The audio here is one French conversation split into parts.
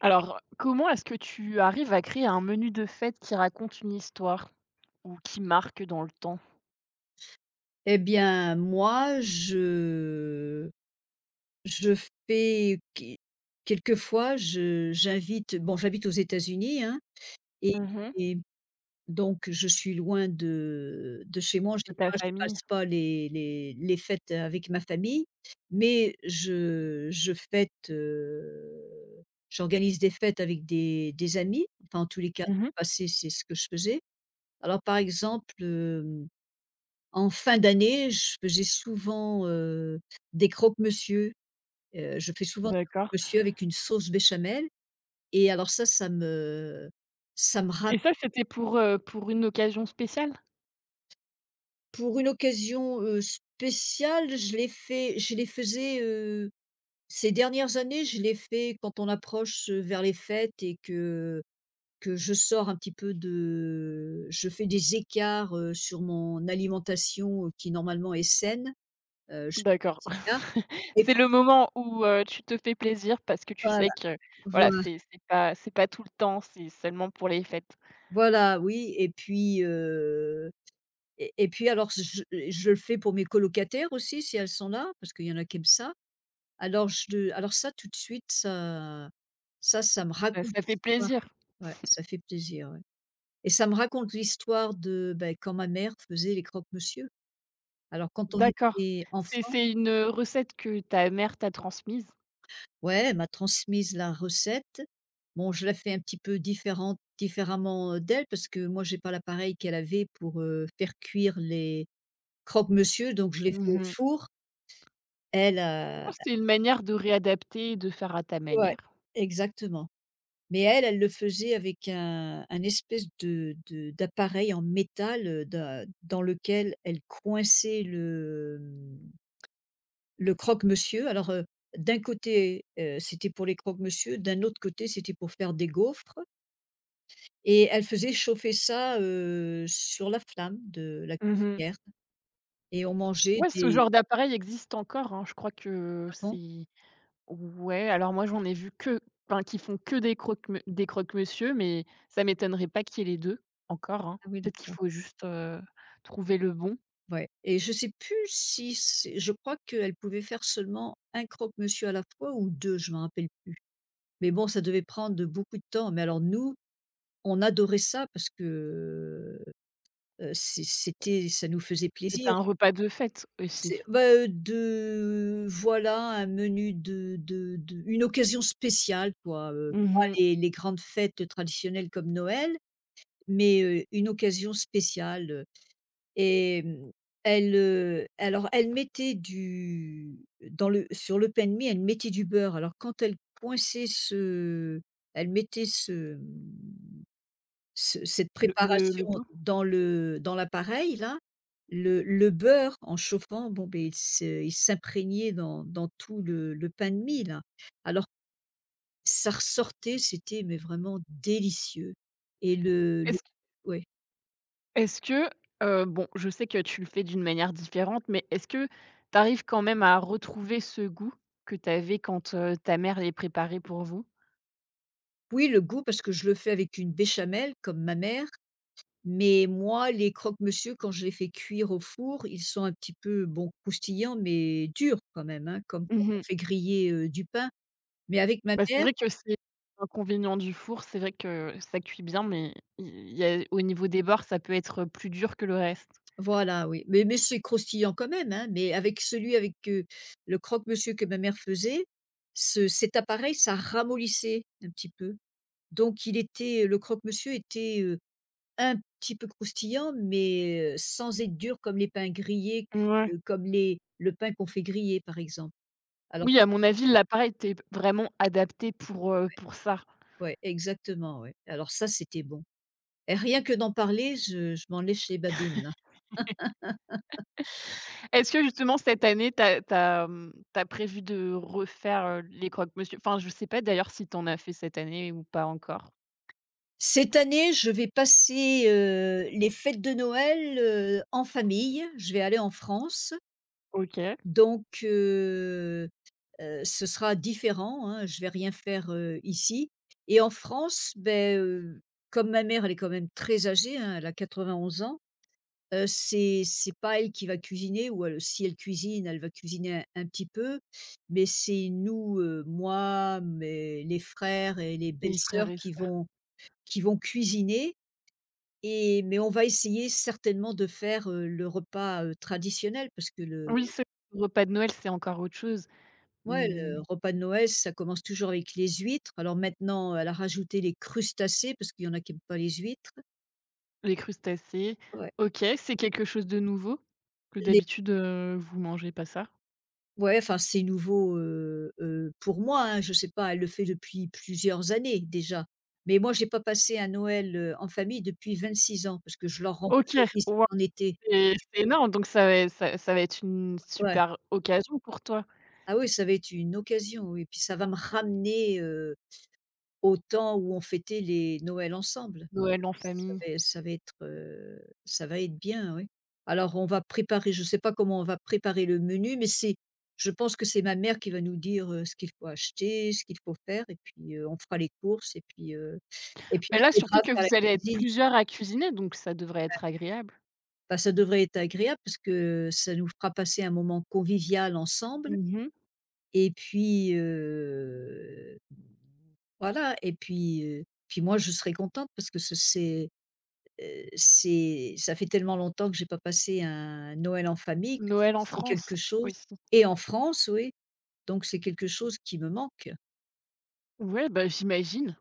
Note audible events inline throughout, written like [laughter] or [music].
Alors, comment est-ce que tu arrives à créer un menu de fête qui raconte une histoire ou qui marque dans le temps. Eh bien, moi, je fais qu quelquefois, je j'invite. Bon, j'habite aux États-Unis, hein, et Mmh. et donc je suis loin de chez moi. En De ta général, je famille. passe pas les fêtes avec ma famille, mais je fête, j'organise des fêtes avec des amis. Enfin, en tous les cas, Mmh. passé, c'est ce que je faisais. Alors, par exemple, en fin d'année, j'ai souvent, des croque-monsieur. Je fais souvent des D'accord. croque-monsieur avec une sauce béchamel, et alors ça, ça me ramène Et ça, c'était pour une occasion spéciale? pour une occasion, spéciale. Je les fais je les faisais, ces dernières années. Je les fais quand on approche, vers les fêtes, et que je sors un petit peu de je fais des écarts, sur mon alimentation, qui normalement est saine. Je fais D'accord. des écarts, [laughs] et C'est le moment où, tu te fais plaisir parce que tu sais voilà. que, voilà, c'est pas tout le temps, c'est seulement pour les fêtes. Voilà, oui, et puis, et puis alors je le fais pour mes colocataires aussi, si elles sont là, parce qu'il y en a qui aiment ça. Alors je le Alors ça tout de suite, ça, ça me Bah, raconte ça fait l'histoire. plaisir. Ouais, ça fait plaisir, ouais, et ça me raconte l'histoire de, bah, quand ma mère faisait les croque-monsieur. Alors quand on D'accord. était C'est enfant. c'est une, recette que ta mère t'a transmise? Ouais, elle m'a transmise la recette. Bon, je la fais un petit peu différente différemment, d'elle, parce que moi j'ai pas l'appareil qu'elle avait pour, faire cuire les croque-monsieur. Donc je l'ai fait au Mmh. four. Elle, heu Oh, c'est une manière de réadapter et de faire à ta ouais, manière. exactement. Mais elle, elle le faisait avec un espèce de d'appareil en métal, da dans lequel elle coinçait le, le croque-monsieur. Alors, d'un côté, c'était pour les croque-monsieur, d'un autre côté, c'était pour faire des gaufres, et elle faisait chauffer ça, sur la flamme de la Mmh mh. cuisinière, et on mangeait Ouais, ce des — genre d'appareil existe encore, hein. Je crois que ah bon? c'est, ouais, alors moi, j'en ai vu que enfin, qui font que des croque m des croque-monsieur, mais ça m'étonnerait pas qu'il y ait les 2 encore, hein. Ah oui, Peut-être qu'il d'accord. faut juste, trouver le bon. Ouais, et je sais plus si c'est — je crois qu'elle pouvait faire seulement un croque-monsieur à la fois, ou 2, je m'en rappelle plus. Mais bon, ça devait prendre beaucoup de temps. Mais alors nous, on adorait ça parce que, c'était — ça nous faisait C'était plaisir. un repas de fête C'est, aussi. bah, de — voilà, un menu de une occasion spéciale, quoi, Mmh pas mh. Les grandes fêtes traditionnelles comme Noël, mais, une occasion spéciale. Et elle, alors elle mettait du — dans le — sur le pain de mie, elle mettait du beurre. Alors quand elle coinçait ce — elle mettait ce, cette Le le préparation le pain. Dans l'appareil là, le beurre en chauffant, bon ben il s'imprégnait dans tout le pain de mie là. Alors ça ressortait, c'était — mais vraiment délicieux, et le Est-ce q ouais. est-ce que, bon, je sais que tu le fais d'une manière différente, mais est-ce que tu arrives quand même à retrouver ce goût que tu avais quand, ta mère les préparait pour vous? Oui, le goût, parce que je le fais avec une béchamel comme ma mère. Mais moi, les croque-monsieur, quand je les fais cuire au four, ils sont un petit peu, bon, croustillants, mais durs quand même, hein, comme quand Mmh on mh. fait griller, du pain. Mais avec ma Bah, c'est mère — vrai que c'est l'inconvénient du four, c'est vrai que ça cuit bien, mais il y a au niveau des bords, ça peut être plus dur que le reste. voilà, oui, mais c'est croustillant quand même, hein. Mais avec celui — avec, le croque-monsieur que ma mère faisait, ce cet appareil, ça ramollissait un petit peu. Donc il était le croque-monsieur était, un petit peu croustillant, mais, sans être dur comme les pains grillés, Ouais. Comme les le pain qu'on fait griller, par exemple. Alors — Oui, à mon avis, l'appareil était vraiment adapté pour ça. ouais, exactement, ouais. Alors ça, c'était bon, et rien que d'en parler, je m'en lèche les babines, là. Est-ce que justement cette année, tu as mmh, prévu de refaire, les croque-monsieur? Enfin, je sais pas d'ailleurs si tu en as fait cette année ou pas encore? Cette année, je vais passer, les fêtes de Noël, en famille. Je vais aller en France, OK, donc, ce sera différent, hein. Je vais rien faire, ici, et en France, beh, comme ma mère, elle est quand même très âgée, hein, elle a 91 ans. C'est pas elle qui va cuisiner. Ou elle — si elle cuisine, elle va cuisiner un petit peu, mais c'est nous, moi, mes les frères et les les frères belles-sœurs et sœurs. Qui vont cuisiner. Et mais on va essayer certainement de faire, le repas, traditionnel, parce que le — Oui, ce repas de Noël, c'est encore autre chose. ouais, le Mmh. repas de Noël, ça commence toujours avec les huîtres. Alors maintenant, elle a rajouté les crustacés parce qu'il y en a qui n'aiment pas les huîtres. Les crustacés. Ouais. OK, c'est quelque chose de nouveau? Que d'habitude, vous mangez pas ça? Ouais, enfin, c'est nouveau, pour moi, hein. Je sais pas, elle le fait depuis plusieurs années déjà. Mais moi, j'ai pas passé un Noël, en famille depuis 26 ans, parce que je leur rends OK, toujours visite waouh, en été. c'est énorme, donc ça ça va être une Ouais. super occasion pour toi, Ah oui, ça va être une occasion, et puis ça va me ramener, au temps où on fêtait les Noëls ensemble. Noël en famille. Ça va être, ça va être bien, oui. Alors on va préparer — je ne sais pas comment on va préparer le menu, mais c'est je pense que c'est ma mère qui va nous dire, ce qu'il faut acheter, ce qu'il faut faire, et puis, on fera les courses, et puis Mais on là, aidera surtout à que faire la vous allez être cuisine. plusieurs à cuisiner, donc ça devrait être agréable. Bah, ça devrait être agréable parce que ça nous fera passer un moment convivial ensemble, Mmh mh. et puis, voilà, et puis, puis moi je serai contente parce que ce c'est — c'est — ça fait tellement longtemps que j'ai pas passé un Noël en famille que Noël en c'est quelque France, chose. aussi. Et en France, oui, donc c'est quelque chose qui me manque. Ouais, bah, j'imagine.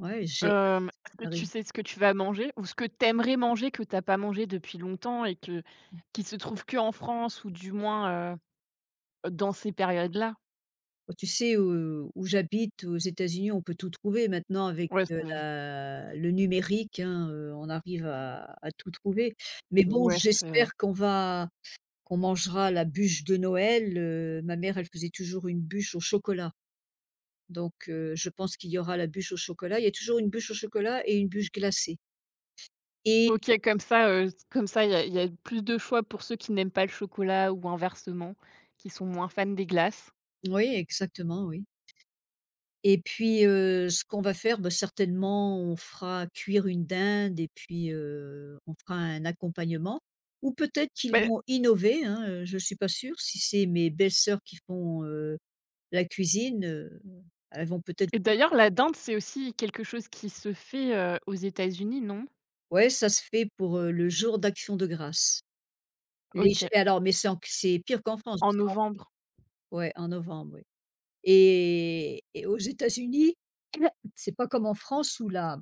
Ouais, j'ai hâte Hem, est-ce que tu d'arriver. sais ce que tu vas manger ou ce que tu aimerais manger que tu as pas mangé depuis longtemps et que qui se trouve qu'en France ou du moins, dans ces périodes-là? Bah, tu sais, où j'habite, aux États-Unis, on peut tout trouver maintenant avec, Ouais, c'est la le numérique, hein, on arrive à tout trouver, mais bon, ouais, c'est vrai. j'espère qu'on mangera la bûche de Noël. Ma mère, elle faisait toujours une bûche au chocolat. Donc, je pense qu'il y aura la bûche au chocolat. Il y a toujours une bûche au chocolat et une bûche glacée. Et OK, comme ça, il y a plus de choix pour ceux qui n'aiment pas le chocolat ou inversement, qui sont moins fans des glaces. oui, exactement, oui, et puis, ce qu'on va faire, bah, certainement, on fera cuire une dinde, et puis, on fera un accompagnement, ou peut-être qu'ils Beh, vont innover, hein, je ne suis pas sûre. Si c'est mes belles-sœurs qui font, la cuisine, elles vont peut-être... et d'ailleurs, la dinde, [laughs] c'est aussi quelque chose qui se fait, aux États-Unis, non? Ouais, ça se fait pour, le jour d'action de grâce. Les OK, ch Alors — mais c'est en c'est pire qu'en France, en parce qu'en — novembre. ouais, en novembre, oui. Et aux États-Unis, [coughs] [clears throat] c'est pas comme en France où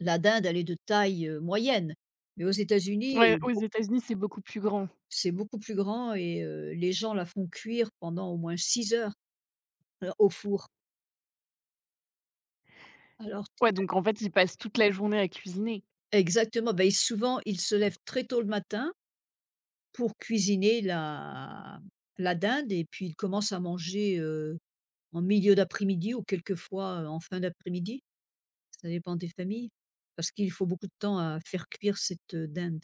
la dinde, elle est de taille, moyenne. Mais aux États-Unis, Ouais, aux États-Unis, c'est beaucoup plus grand. c'est beaucoup plus grand, et les gens la font cuire pendant au moins 6 heures, au four. Alors — Ouais, donc en fait, ils passent toute la journée à cuisiner. exactement, bah, ils souvent, ils se lèvent très tôt le matin pour cuisiner la dinde, et puis ils commencent à manger, en milieu d'après-midi, ou quelquefois, en fin d'après-midi. Ça dépend des familles, parce qu'il faut beaucoup de temps à faire cuire cette, dinde.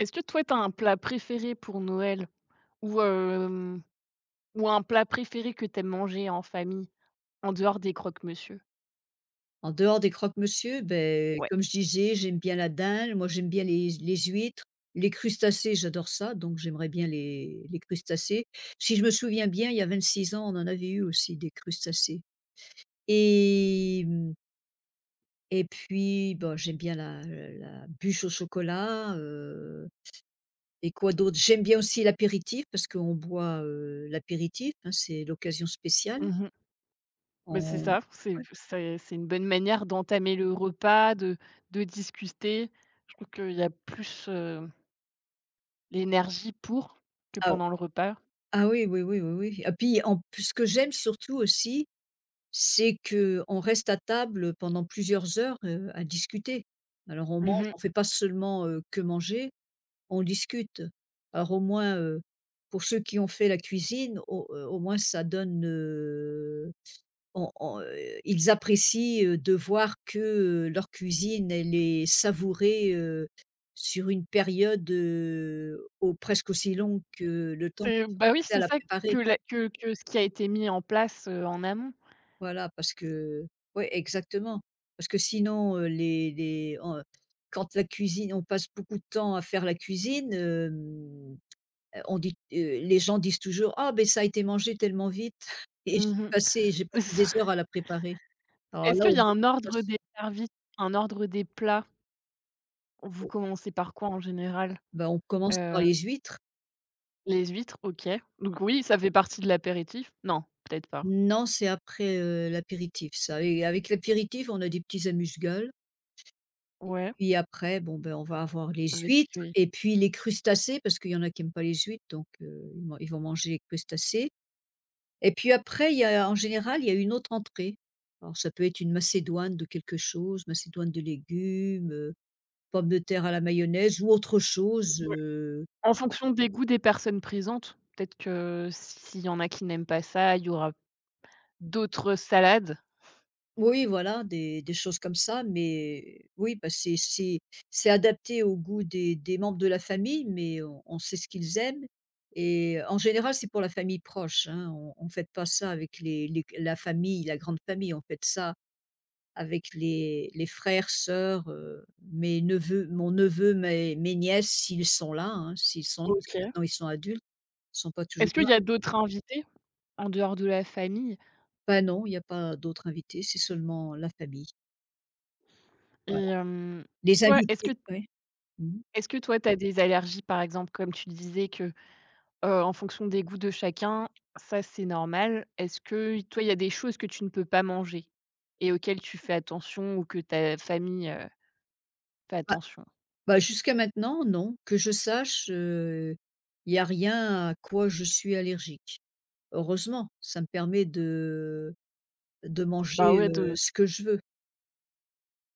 Est-ce que toi, t'as un plat préféré pour Noël ou hem, ou un plat préféré que t'aimes manger en famille, en dehors des croque-monsieur? En dehors des croque-monsieur, ben, Ouais. comme je disais, j'aime bien la dinde. Moi, j'aime bien les huîtres, les crustacés, j'adore ça, donc j'aimerais bien les crustacés. Si je me souviens bien, il y a 26 ans, on en avait eu aussi des crustacés. Et mmh, et puis, bon, j'aime bien la bûche au chocolat, et quoi d'autre? J'aime bien aussi l'apéritif parce qu'on boit, l'apéritif, hein, c'est l'occasion spéciale. Mmh. Bah, c'est On ça, c'est Ouais. c'est c'est une bonne manière d'entamer le repas, de discuter. Je trouve qu'il y a plus, l'énergie pour que Ah, pendant le repas. ah oui, oui, oui, oui, oui, et puis en — p ce que j'aime surtout aussi, c'est que on reste à table pendant plusieurs heures, à discuter. Alors on Mmh mange, mh. on fait pas seulement, que manger, on discute. Alors au moins, pour ceux qui ont fait la cuisine, au moins ça donne, on, ils apprécient, de voir que, leur cuisine elle est savourée, sur une période, au presque aussi longue que le temps C'est qu'ils bah, ont oui, passé à c'est la ça que préparer. la que ce qui a été mis en place, en amont. Voilà, parce que — ouais, exactement. Parce que sinon, les en quand la cuisine — on passe beaucoup de temps à faire la cuisine, hem, on dit les gens disent toujours: «Ah ben ça a été mangé tellement vite [laughs] et Mmh mh. J'ai C'est passé ça. des heures à [laughs] la préparer». Alors Est-ce là, qu'il au y a moins, un on ordre passe — des servis, un ordre des plats? Vous commencez par quoi en général? bah, on commence par Heu, les huîtres. les huîtres, OK. Donc oui, ça fait partie de l'apéritif? Non, peut-être pas. Non, c'est après, l'apéritif, ça — et avec l'apéritif, on a des petits amuse-gueules. Ouais, Puis après, bon, ben, on va avoir les avec huîtres, les et puis les crustacés, parce qu'il y en a qui n'aiment pas les huîtres, donc, ils vont manger les crustacés. Et puis après, il y a — en général, il y a une autre entrée. Alors ça peut être une macédoine de quelque chose, macédoine de légumes, pommes de terre à la mayonnaise, ou autre chose. ouais. En fonction des goûts des personnes présentes, peut-être que s'il y en a qui n'aiment pas ça, il y aura d'autres salades. Oui, voilà, des choses comme ça, mais oui, bah, c'est adapté au goût des membres de la famille, mais on sait ce qu'ils aiment, et en général, c'est pour la famille proche, hein. On fête pas ça avec les la famille, la grande famille. On fait ça avec les frères, sœurs, mes neveux mon neveu, mes nièces, s'ils sont là, hein, s'ils sont là, parce que OK. maintenant ils sont adultes, ils sont pas toujours Est-ce qu'il là. y a d'autres invités en dehors de la famille? Bah, non, il n'y a pas d'autres invités, c'est seulement la famille, voilà. Et hem, Les toi, invités — ouais. Mmh. est-ce que toi, tu as des allergies, par exemple, comme tu disais que, en fonction des goûts de chacun, ça, c'est normal. Est-ce que toi, il y a des choses que tu ne peux pas manger et auxquelles tu fais attention ou que ta famille, fait attention? Bah, jusqu'à maintenant, non. Que je sache, il n'y a rien à quoi je suis allergique. Heureusement, ça me permet de Bah, manger, ouais, de ce que je veux,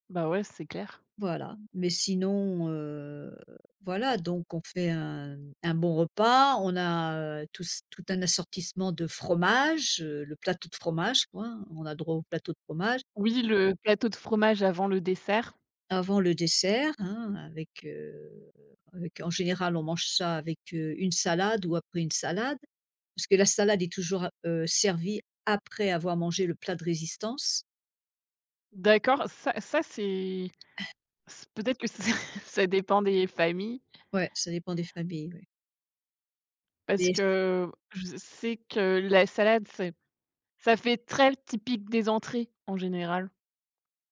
bah, ouais, c'est clair. voilà. Mais sinon, voilà, donc on fait un bon repas. On a, tout un assortissement de fromages, le plateau de fromage, quoi, hein. On a droit au plateau de fromage. Oui, le plateau de fromage avant le dessert. Avant le dessert, hein, avec, en général, on mange ça avec, une salade, ou après une salade. Parce que la salade est toujours a servie après avoir mangé le plat de résistance. D'accord, ça c'est c peut-être que ça [laughs] ça dépend des familles Ouais, ça dépend des familles, ouais. parce Mais que je sais que la salade, c'est ça fait très typique des entrées en général.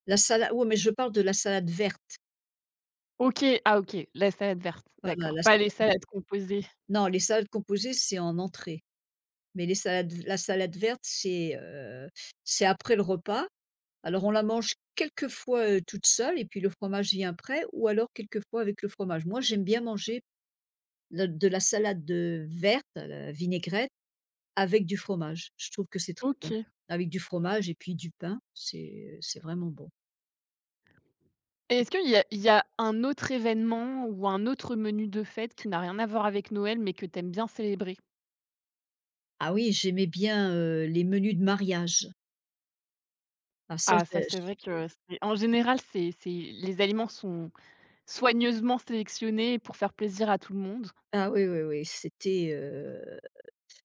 la salade. Ouais, mais je parle de la salade verte. OK, ah OK, la salade verte, Voilà, d'accord, la pas les salades composées. Non, les salades composées, c'est en entrée. Mais les salades la salade verte, c'est, après le repas. Alors on la mange quelquefois, toute seule, et puis le fromage vient après, ou alors quelquefois avec le fromage. Moi, j'aime bien manger de la salade, verte, la vinaigrette, avec du fromage. Je trouve que c'est très OK. bon. Et Avec du fromage et puis du pain, c'est vraiment bon. est-ce qu'il y a un autre événement ou un autre menu de fête qui n'a rien à voir avec Noël, mais que t'aimes bien célébrer? Ah oui, j'aimais bien, les menus de mariage. Ah ça, Ah ça, j'ai c'est j vrai que c'est en général, c'est les aliments sont soigneusement sélectionnés pour faire plaisir à tout le monde. ah oui, oui, oui, c'était,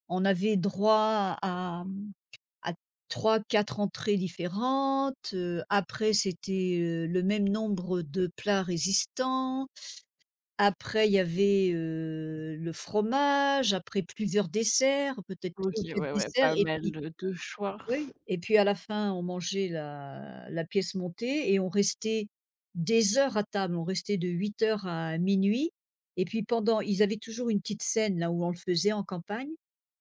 on avait droit à, à 3-4 entrées différentes, après c'était, le même nombre de plats résistants, après il y avait, le fromage, après plusieurs desserts, peut-être OK, 3 ou 4 ouais, ouais, desserts, pas et mal, puis de choix. oui, et puis à la fin, on mangeait la pièce montée, et on restait des heures à table. On restait de 8 heures à minuit. Et puis pendant ils avaient toujours une petite scène là où on le faisait en campagne,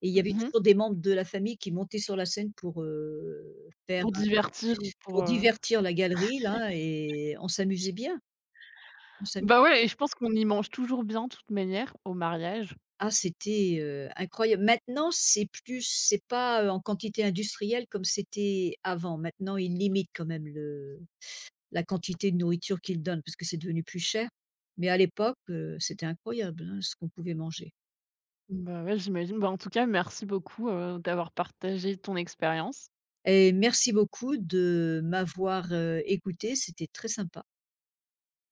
et il y avait Mmh mh. toujours des membres de la famille qui montaient sur la scène pour, faire Pour divertir ou pour, pour heu, divertir la galerie là, et on s'amusait bien, on s'amusait. bah, ouais et je pense qu'on y mange toujours bien de toute manière au mariage. Ah, c'était, incroyable. Maintenant, c'est plus c'est pas, en quantité industrielle comme c'était avant. Maintenant, ils limitent quand même le la quantité de nourriture qu'ils donnent parce que c'est devenu plus cher. Mais à l'époque, c'était incroyable, hein, ce qu'on pouvait manger. Bah, ouais, j'imagine. Bah, en tout cas, merci beaucoup, d'avoir partagé ton expérience. Et merci beaucoup de m'avoir, écoutée, c'était très sympa.